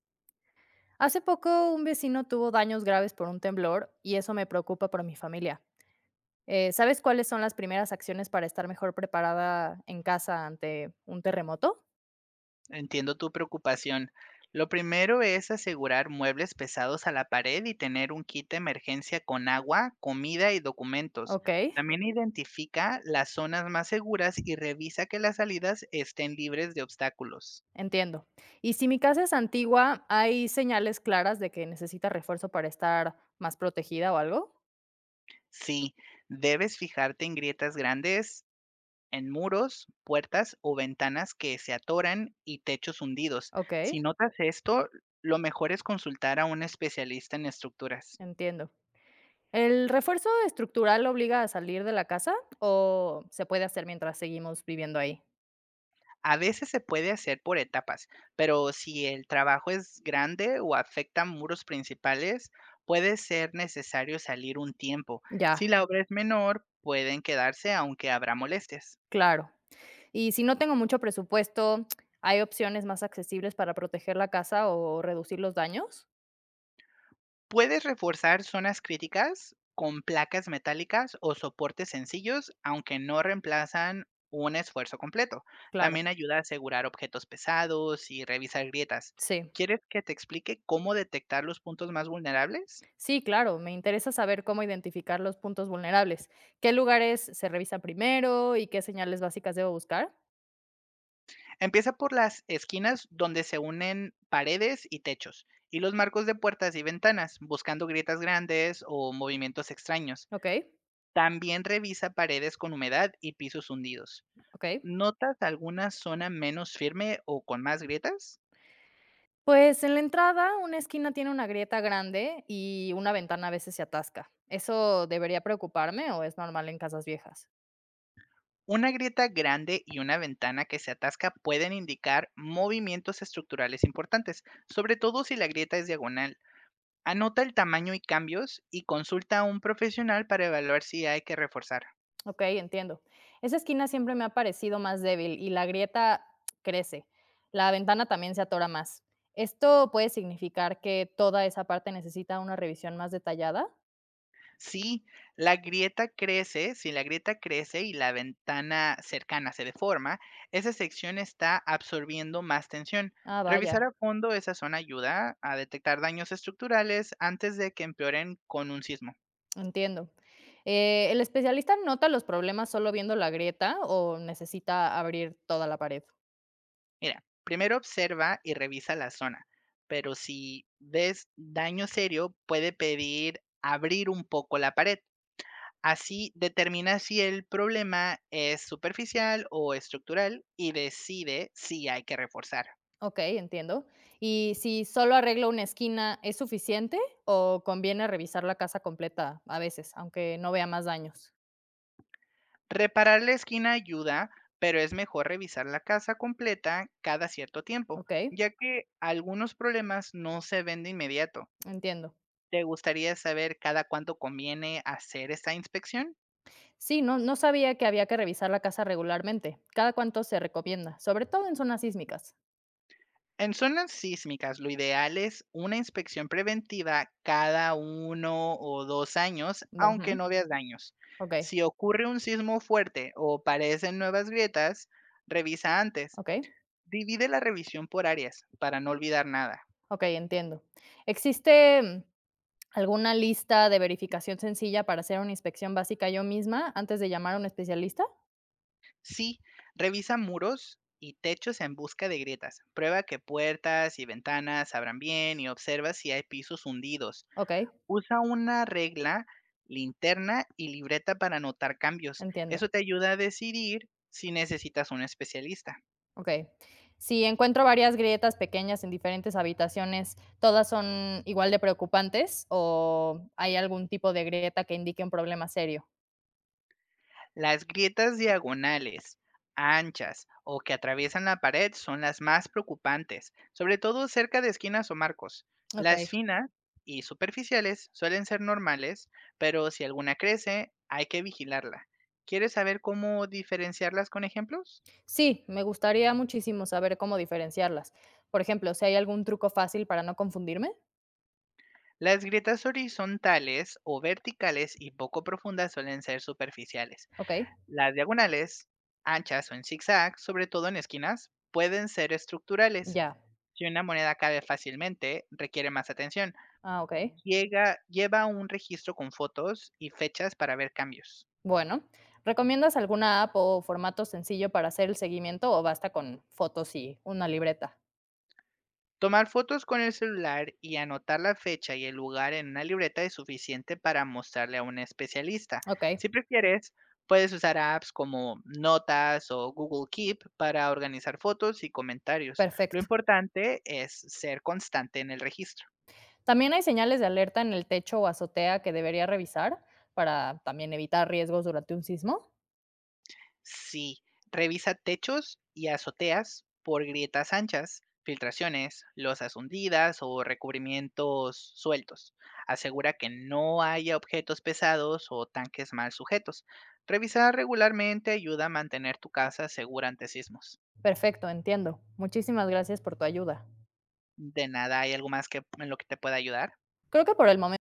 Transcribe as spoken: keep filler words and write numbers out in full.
Hace poco un vecino tuvo daños graves por un temblor y eso me preocupa por mi familia. Eh, ¿Sabes cuáles son las primeras acciones para estar mejor preparada en casa ante un terremoto? Entiendo tu preocupación. Lo primero es asegurar muebles pesados a la pared y tener un kit de emergencia con agua, comida y documentos. Ok, También identifica las zonas más seguras y revisa que las salidas estén libres de obstáculos. entiendo. Y si mi casa es antigua, ¿hay señales claras de que necesita refuerzo para estar más protegida o algo? Sí, debes fijarte en grietas grandes, en muros, puertas o ventanas que se atoran y techos hundidos. Ok, Si notas esto, lo mejor es consultar a un especialista en estructuras. entiendo. ¿El refuerzo estructural obliga a salir de la casa o se puede hacer mientras seguimos viviendo ahí? A veces se puede hacer por etapas, pero si el trabajo es grande o afecta muros principales, puede ser necesario salir un tiempo. Ya, Si la obra es menor, pueden quedarse aunque habrá molestias. claro. Y si no tengo mucho presupuesto, ¿hay opciones más accesibles para proteger la casa o reducir los daños? Puedes reforzar zonas críticas con placas metálicas o soportes sencillos, aunque no reemplazan un esfuerzo completo. Claro, También ayuda a asegurar objetos pesados y revisar grietas. sí. ¿Quieres que te explique cómo detectar los puntos más vulnerables? Sí, claro, me interesa saber cómo identificar los puntos vulnerables. ¿Qué lugares se revisan primero y qué señales básicas debo buscar? Empieza por las esquinas donde se unen paredes y techos, y los marcos de puertas y ventanas, buscando grietas grandes o movimientos extraños. Ok, También revisa paredes con humedad y pisos hundidos. ok. ¿Notas alguna zona menos firme o con más grietas? Pues en la entrada, una esquina tiene una grieta grande y una ventana a veces se atasca. ¿Eso debería preocuparme o es normal en casas viejas? Una grieta grande y una ventana que se atasca pueden indicar movimientos estructurales importantes, sobre todo si la grieta es diagonal. Anota el tamaño y cambios y consulta a un profesional para evaluar si hay que reforzar. Ok, entiendo. Esa esquina siempre me ha parecido más débil y la grieta crece. La ventana también se atora más. ¿Esto puede significar que toda esa parte necesita una revisión más detallada? Sí, la grieta crece, si la grieta crece y la ventana cercana se deforma, esa sección está absorbiendo más tensión. Ah, Revisar vaya, a fondo esa zona ayuda a detectar daños estructurales antes de que empeoren con un sismo. entiendo. Eh, ¿el especialista nota los problemas solo viendo la grieta o necesita abrir toda la pared? Mira, primero observa y revisa la zona, pero si ves daño serio, puede pedir abrir un poco la pared. Así determina si el problema es superficial o estructural y decide si hay que reforzar. Ok, entiendo. ¿Y si solo arreglo una esquina, es suficiente o conviene revisar la casa completa a veces, aunque no vea más daños? Reparar la esquina ayuda, pero es mejor revisar la casa completa cada cierto tiempo, Ok, ya que algunos problemas no se ven de inmediato. entiendo. ¿Te gustaría saber cada cuánto conviene hacer esta inspección? Sí, no, no sabía que había que revisar la casa regularmente. ¿Cada cuánto se recomienda? Sobre todo en zonas sísmicas. En zonas sísmicas, lo ideal es una inspección preventiva cada uno o dos años, aunque Ujú. no veas daños. Ok, Si ocurre un sismo fuerte o aparecen nuevas grietas, revisa antes. ok, Divide la revisión por áreas para no olvidar nada. ok, entiendo. ¿Existe mm, alguna lista de verificación sencilla para hacer una inspección básica yo misma antes de llamar a un especialista? Sí, revisa muros y techos en busca de grietas. Prueba que puertas y ventanas abran bien y observa si hay pisos hundidos. Ok, Usa una regla, linterna y libreta para anotar cambios. entiendo. Eso te ayuda a decidir si necesitas un especialista. Ok. Si encuentro varias grietas pequeñas en diferentes habitaciones, ¿todas son igual de preocupantes o hay algún tipo de grieta que indique un problema serio? Las grietas diagonales, anchas o que atraviesan la pared son las más preocupantes, sobre todo cerca de esquinas o marcos. Las Ok. finas y superficiales suelen ser normales, pero si alguna crece, hay que vigilarla. ¿Quieres saber cómo diferenciarlas con ejemplos? Sí, me gustaría muchísimo saber cómo diferenciarlas. Por ejemplo, si hay algún truco fácil para no confundirme. Las grietas horizontales o verticales y poco profundas suelen ser superficiales. Ok, Las diagonales, anchas o en zigzag, sobre todo en esquinas, pueden ser estructurales. ya. Si una moneda cae fácilmente, requiere más atención. Ah, ok. Llega- lleva un registro con fotos y fechas para ver cambios. Bueno, ¿recomiendas alguna app o formato sencillo para hacer el seguimiento o basta con fotos y una libreta? Tomar fotos con el celular y anotar la fecha y el lugar en una libreta es suficiente para mostrarle a un especialista. Ok, Si prefieres, puedes usar apps como Notas o Google Keep para organizar fotos y comentarios. Lo perfecto. importante es ser constante en el registro. ¿También hay señales de alerta en el techo o azotea que debería revisar para también evitar riesgos durante un sismo? Sí, revisa techos y azoteas por grietas anchas, filtraciones, losas hundidas o recubrimientos sueltos. Asegura que no haya objetos pesados o tanques mal sujetos. Revisar regularmente ayuda a mantener tu casa segura ante sismos. Perfecto, entiendo. Muchísimas gracias por tu ayuda. De nada, ¿hay algo más que en lo que te pueda ayudar? Creo que por el momento...